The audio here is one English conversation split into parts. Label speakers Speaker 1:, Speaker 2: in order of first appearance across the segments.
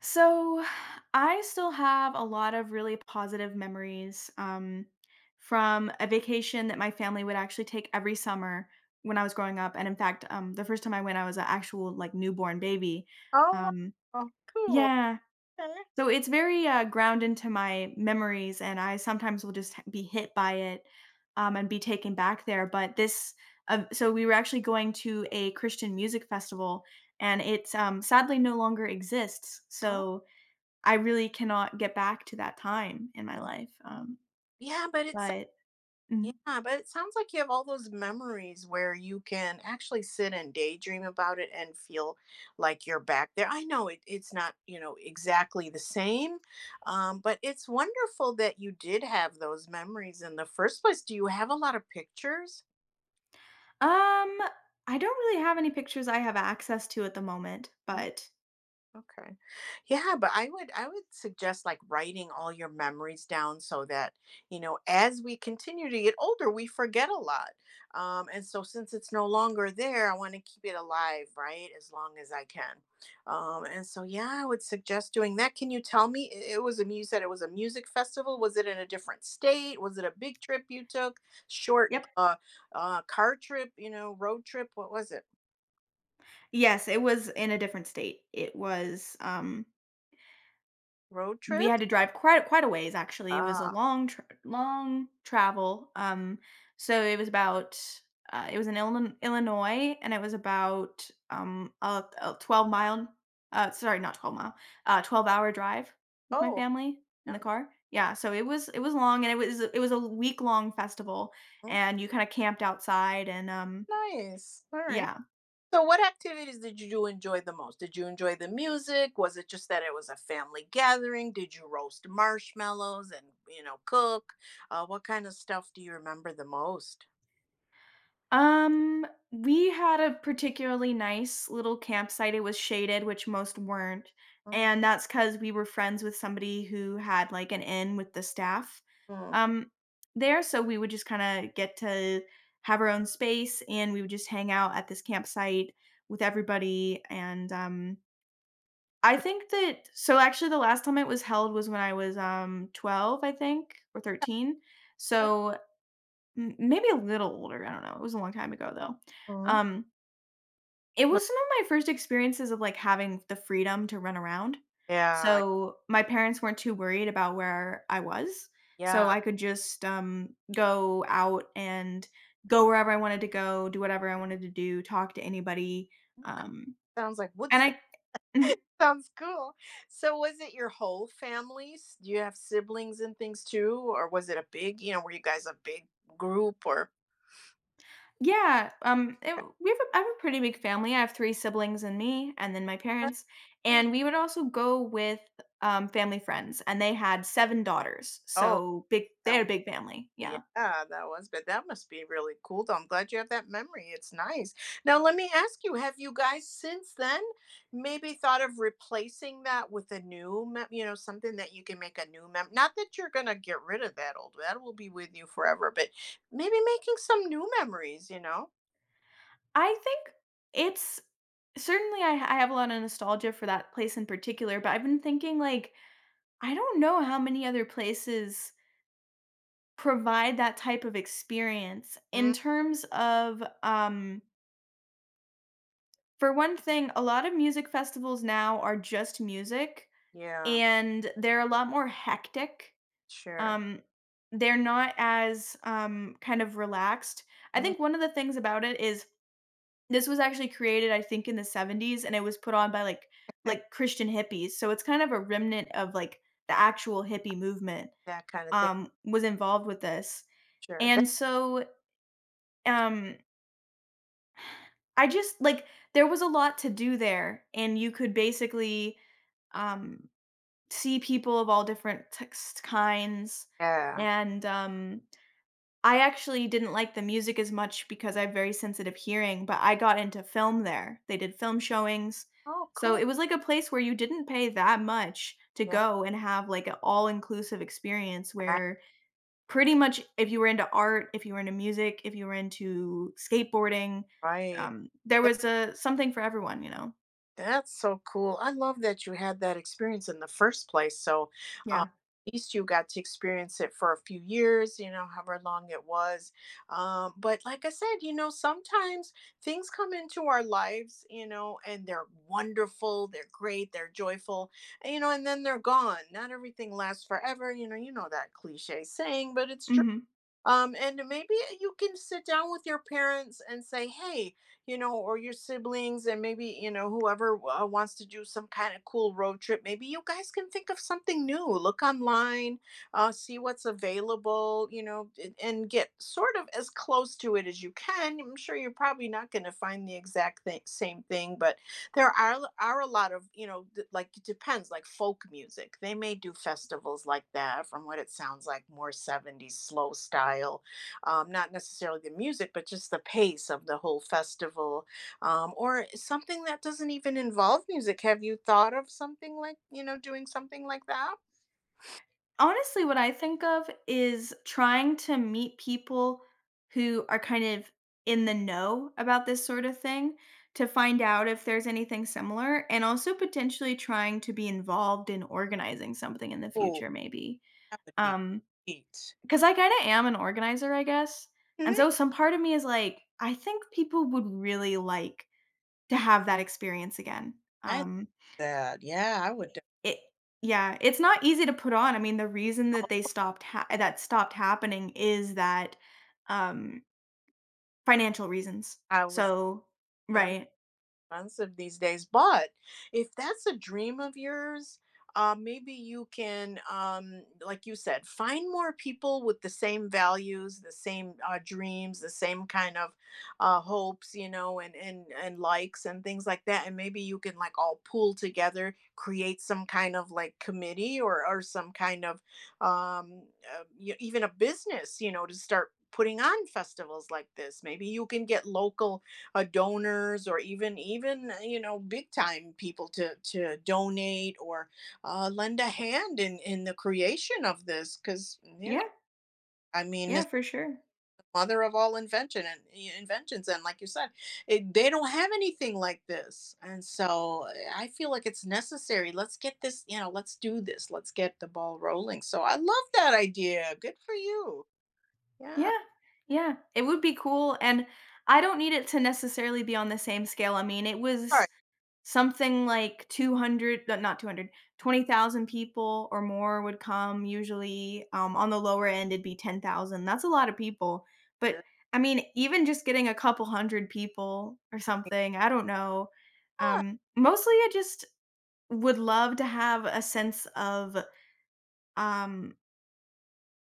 Speaker 1: So, I still have a lot of really positive memories from a vacation that my family would actually take every summer when I was growing up. And in fact, the first time I went, I was an actual like newborn baby.
Speaker 2: Oh,
Speaker 1: Um,
Speaker 2: wow. Cool.
Speaker 1: yeah.
Speaker 2: Okay.
Speaker 1: So it's very ground into my memories, and I sometimes will just be hit by it and be taken back there. So we were actually going to a Christian music festival, and it sadly no longer exists.
Speaker 2: Oh,
Speaker 1: So I really cannot get back to that time in my
Speaker 2: yeah,
Speaker 1: life, um,
Speaker 2: Yeah, but it's
Speaker 1: but mhm.
Speaker 2: yeah, but it sounds like you have all those memories where you can actually sit and daydream about it and feel like you're back there. I know it's not, you know, exactly the same, but it's wonderful that you did have those memories in the first place. Do you have a lot of pictures?
Speaker 1: Um, I don't really have any pictures I have access to at the moment, but
Speaker 2: Okay. Yeah, but I would suggest like writing all your memories down so that, you know, as we continue to get older, we forget a lot. And so since it's no longer there, I want to keep it alive, right? As long as I can. And so yeah, I would suggest doing that. Can you tell me it was a you said it was a music festival? Was it in a different state? Was it a big trip you took? Short
Speaker 1: yep.
Speaker 2: car trip, you know, road trip? What was it?
Speaker 1: Yes, it was in a different state.
Speaker 2: Road
Speaker 1: We had
Speaker 2: trip?
Speaker 1: to drive quite a ways. Actually, it was a
Speaker 2: Ah.
Speaker 1: long travel, so it was it was in Illinois, and it was about, a 12-mile sorry, not 12-mile, 12-hour drive with my
Speaker 2: Oh,
Speaker 1: family in the
Speaker 2: yeah.
Speaker 1: car. Yeah, so it was long, and it was a week-long festival, and you kinda camped outside and,
Speaker 2: Nice. All right.
Speaker 1: yeah.
Speaker 2: So, what activities did you enjoy the most? Did you enjoy the music? Was it just that it was a family gathering? Did you roast marshmallows and, you know, cook? What kind of stuff do you remember the most?
Speaker 1: We had a particularly nice little campsite. It was shaded, which most weren't, and that's because we were friends with somebody who had, like, an inn with the staff,
Speaker 2: Mhm.
Speaker 1: um, there, so we would just kinda get to have our own space, and we would just hang out at this campsite with everybody, and I think that. So, actually, the last time it was held was when I was, 12, I think, or 13, so M maybe a little older, I don't know, it was a long time ago, though.
Speaker 2: Mhm.
Speaker 1: Um, it
Speaker 2: But
Speaker 1: was some of my first experiences of, like, having the freedom to run around.
Speaker 2: yeah,
Speaker 1: So, my parents weren't too worried about where I was, so
Speaker 2: yeah.
Speaker 1: I could just, go out and go wherever I wanted to go, do whatever I wanted to do, talk to anybody,
Speaker 2: Okay.
Speaker 1: um,
Speaker 2: Sounds like
Speaker 1: and
Speaker 2: Woodstock.
Speaker 1: I mhm.
Speaker 2: Sounds cool. So was it your whole family? Do you have siblings and things too? Or was it a big, you know, were you guys a big group or
Speaker 1: Yeah, it we have a I have a pretty big family, I have 3 siblings and me, and then my
Speaker 2: yeah.
Speaker 1: parents, and we would also go with, family friends, and they had 7 daughters,
Speaker 2: Oh,
Speaker 1: so big they
Speaker 2: that
Speaker 1: had a big family,
Speaker 2: Yeah,
Speaker 1: yeah.
Speaker 2: that was but that must be really cool, though. I'm glad you have that memory. It's nice. Now, let me ask you, have you guys since then maybe thought of replacing that with a new mem, you know, something that you can make a new mem, not that you're gonna get rid of that old that will be with you forever, but maybe making some new memories, you know?
Speaker 1: I think it's certainly I have a lot of nostalgia for that place in particular, but I've been thinking, like, I don't know how many other places provide that type of experience in
Speaker 2: Mm,
Speaker 1: terms of, for one thing, a lot of music festivals now are just music,
Speaker 2: yeah,
Speaker 1: and they're a lot more hectic.
Speaker 2: sure.
Speaker 1: Um, they're not as, kind of relaxed. I
Speaker 2: Mm,
Speaker 1: think one of the things about it is this was actually created, I think, in the '70s, and it was put on by, like, Christian hippies, so it's kind of a remnant of, like, the actual hippie movement,
Speaker 2: that kind of thing.
Speaker 1: was involved with this.
Speaker 2: Sure.
Speaker 1: And so, um, I just like, there was a lot to do there, and you could basically, um see people of all different text kinds,
Speaker 2: Yeah.
Speaker 1: and, I actually didn't like the music as much because I have very sensitive hearing, but I got into film there. They did film showings,
Speaker 2: Oh,
Speaker 1: so
Speaker 2: cool.
Speaker 1: it was like a place where you didn't pay that much to
Speaker 2: Yeah.
Speaker 1: go and have, like, an all-inclusive experience where pretty much if you were into art, if you were into music, if you were into skateboarding,
Speaker 2: Right.
Speaker 1: there was, a something for everyone, you know?
Speaker 2: That's so cool. I love that you had that experience in the first place. So, uh,
Speaker 1: Yeah.
Speaker 2: at least you got to experience it for a few years, you know, however long it was. But like I said, you know, sometimes things come into our lives, you know, and they're wonderful, they're great, they're joyful, and, you know, and then they're gone. Not everything lasts forever, you know. You know that cliche saying, but it's true.
Speaker 1: Mhm.
Speaker 2: And maybe you can sit down with your parents and say, hey, you know, or your siblings, and maybe, you know, whoever wants to do some kind of cool road trip, maybe you guys can think of something new. Look online, see what's available, you know, and get sort of as close to it as you can. I'm sure you're probably not going to find the exact same thing, but there are a lot of, you know, like it depends, like folk music, they may do festivals like that from what it sounds like, more '70s slow style, not necessarily the music but just the pace of the whole festival, or something that doesn't even involve music. Have you thought of something like, you know, doing something like that?
Speaker 1: Honestly, what I think of is trying to meet people who are kind of in the know about this sort of thing, to find out if there's anything similar, and also potentially trying to be involved in organizing something in the
Speaker 2: Oh,
Speaker 1: future, maybe.
Speaker 2: that would be
Speaker 1: Um,
Speaker 2: great.
Speaker 1: because I kind of am an organizer, I guess. And
Speaker 2: Mhm.
Speaker 1: so some part of me is like, I think people would really like to have that experience again.
Speaker 2: I love
Speaker 1: Um,
Speaker 2: that. Yeah, I would.
Speaker 1: it yeah, it's not easy to put on. I mean, the reason that they stopped ha that stopped happening is that, um, financial reasons.
Speaker 2: I was
Speaker 1: So right.
Speaker 2: Expensive these days. But if that's a dream of yours, maybe you can, like you said, find more people with the same values, the same dreams, the same kind of hopes, you know, and likes and things like that. And maybe you can like all pool together, create some kind of like committee or some kind of um, even a business, you know, to start putting on festivals like this. Maybe you can get local donors or even you know, big time people to donate or lend a hand in the creation of this because, you know,
Speaker 1: Yeah,
Speaker 2: I mean
Speaker 1: yeah,
Speaker 2: it's
Speaker 1: for sure.
Speaker 2: the mother of all invention and inventions, and like you said, it, they don't have anything like this and so I feel like it's necessary. Let's get this, you know, let's do this, let's get the ball rolling. So I love that idea, good for you, yeah,
Speaker 1: Yeah, yeah, it would be cool, and I don't need it to necessarily be on the same scale. I mean, it was
Speaker 2: all
Speaker 1: something like 200. No, not 220,000 people or more would come usually, on the lower end, it'd be 10,000, that's a lot of people, but,
Speaker 2: right.
Speaker 1: I mean, even just getting a couple 100 people or something, I don't know, mostly I just would love to have a sense of, um,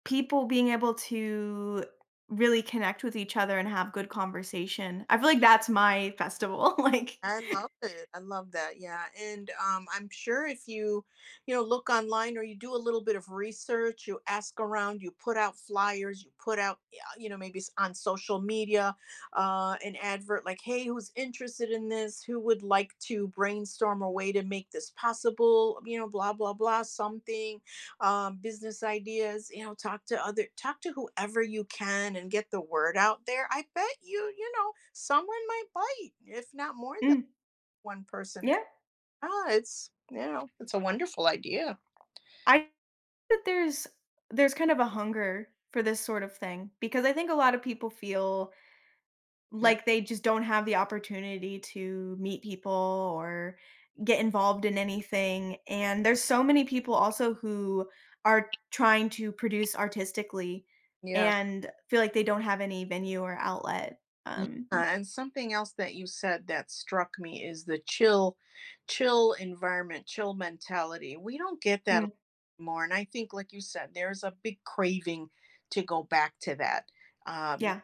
Speaker 1: people being able to really connect with each other and have good conversation. I feel like that's my festival, like
Speaker 2: I love it. I love that. Yeah. And I'm sure if you, you know, look online or you do a little bit of research, you ask around, you put out flyers, you put out, yeah, you know, maybe on social media, an advert like, hey, who's interested in this? Who would like to brainstorm a way to make this possible? You know, blah, blah, blah, something, business ideas, you know, talk to other, talk to whoever you can and get the word out there. I bet you, you know, someone might bite, if not more.
Speaker 1: mm,
Speaker 2: One person
Speaker 1: yeah,
Speaker 2: c Ah, it's, you know, it's a wonderful idea.
Speaker 1: I that there's kind of a hunger for this sort of thing because I think a lot of people feel
Speaker 2: Yeah.
Speaker 1: like they just don't have the opportunity to meet people or get involved in anything. And there's so many people also who are trying to produce artistically
Speaker 2: Yeah.
Speaker 1: and feel like they don't have any venue or outlet.
Speaker 2: Yeah, and something else that you said that struck me is the chill environment, chill mentality. We don't get that
Speaker 1: Mm,
Speaker 2: anymore, and I think, like you said, there's a big craving to go back um,
Speaker 1: yeah,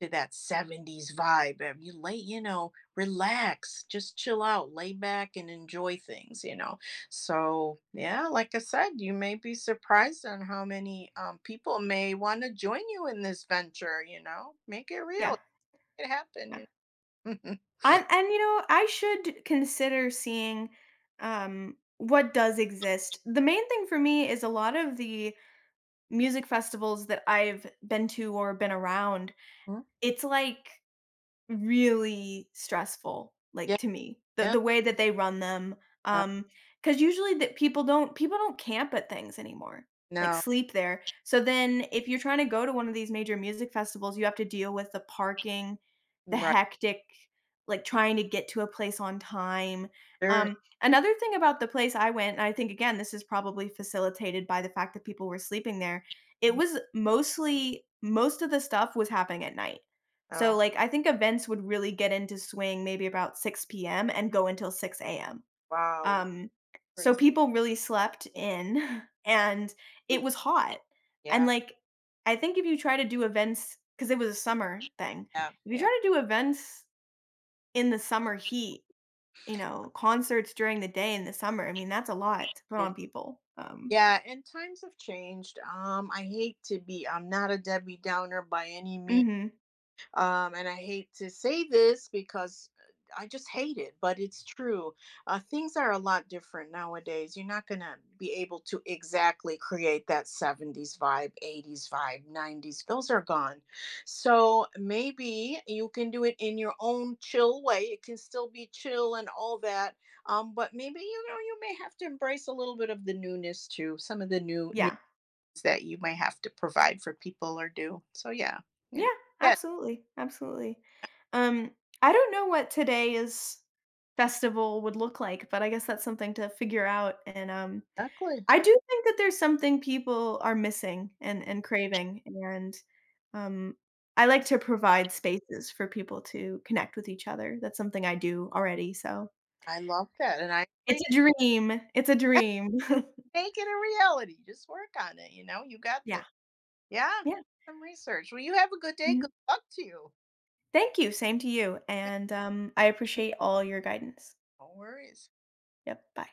Speaker 2: to that '70s vibe. And you lay, you know, relax, just chill out, lay back and enjoy things, you know. So, yeah, like I said, you may be surprised on how many people may want to join you in this venture, you know. Make it real,
Speaker 1: yeah,
Speaker 2: make it happen,
Speaker 1: yeah.
Speaker 2: you know.
Speaker 1: And you know, I should consider seeing, what does exist. The main thing for me is a lot of the music festivals that I've been to or been around,
Speaker 2: Mhm.
Speaker 1: it's like really stressful,
Speaker 2: Yeah,
Speaker 1: like, to me, the
Speaker 2: yeah.
Speaker 1: the way that they run them.
Speaker 2: Uh,
Speaker 1: Um, because usually that people don't camp at things anymore, like,
Speaker 2: no,
Speaker 1: sleep there, so then if you're trying to go to one of these major music festivals, you have to deal with the parking, the
Speaker 2: right
Speaker 1: hectic, like, trying to get to a place on time,
Speaker 2: there.
Speaker 1: another thing about the place I went, and I think again, this is probably facilitated by the fact that people were sleeping there, it
Speaker 2: Mhm.
Speaker 1: was most of the stuff was happening at night. So,
Speaker 2: Oh,
Speaker 1: like, I think events would really get into swing maybe about 6 p.m. and go until 6 AM.
Speaker 2: wow. Yeah,
Speaker 1: Um,
Speaker 2: for-
Speaker 1: so
Speaker 2: ex-
Speaker 1: people really slept in and
Speaker 2: mhm.
Speaker 1: it was hot. And,
Speaker 2: Yeah,
Speaker 1: like, I think if you try to do events because it was a summer thing. If you try
Speaker 2: yeah,
Speaker 1: to do events in the summer heat, you know, concerts during the day in the summer, I mean, that's a lot to put
Speaker 2: yeah.
Speaker 1: on people.
Speaker 2: Yeah, and times have changed. I hate to be, I'm not a Debbie Downer by any means,
Speaker 1: Mhm.
Speaker 2: and I hate to say this because I just hate it, but it's true. Things are a lot different nowadays. You're not going to be able to exactly create that '70s vibe, '80s vibe, '90s. Those are gone. So maybe you can do it in your own chill way. It can still be chill and all that. But maybe, you know, you may have to embrace a little bit of the newness too, some of the new news
Speaker 1: Yeah.
Speaker 2: that you may have to provide for people or do. So yeah, you
Speaker 1: Yeah,
Speaker 2: know. Yeah,
Speaker 1: absolutely, absolutely. Um, I don't know what today's festival would look like, but I guess that's something to figure out, and,
Speaker 2: exactly.
Speaker 1: I do think that there's something people are missing and craving, and, um, I like to provide spaces for people to connect with each other, that's something I do already, so
Speaker 2: I love that, and I
Speaker 1: it's
Speaker 2: agree.
Speaker 1: a dream, it's a dream.
Speaker 2: Make it a reality. Just work on it. You know, you got
Speaker 1: Yeah,
Speaker 2: this. Yeah,
Speaker 1: yeah,
Speaker 2: do some research. Well, you have a good day.
Speaker 1: mhm.
Speaker 2: Good luck to you.
Speaker 1: Thank you, same to you, and, I appreciate all your guidance.
Speaker 2: No worries.
Speaker 1: Yep, bye.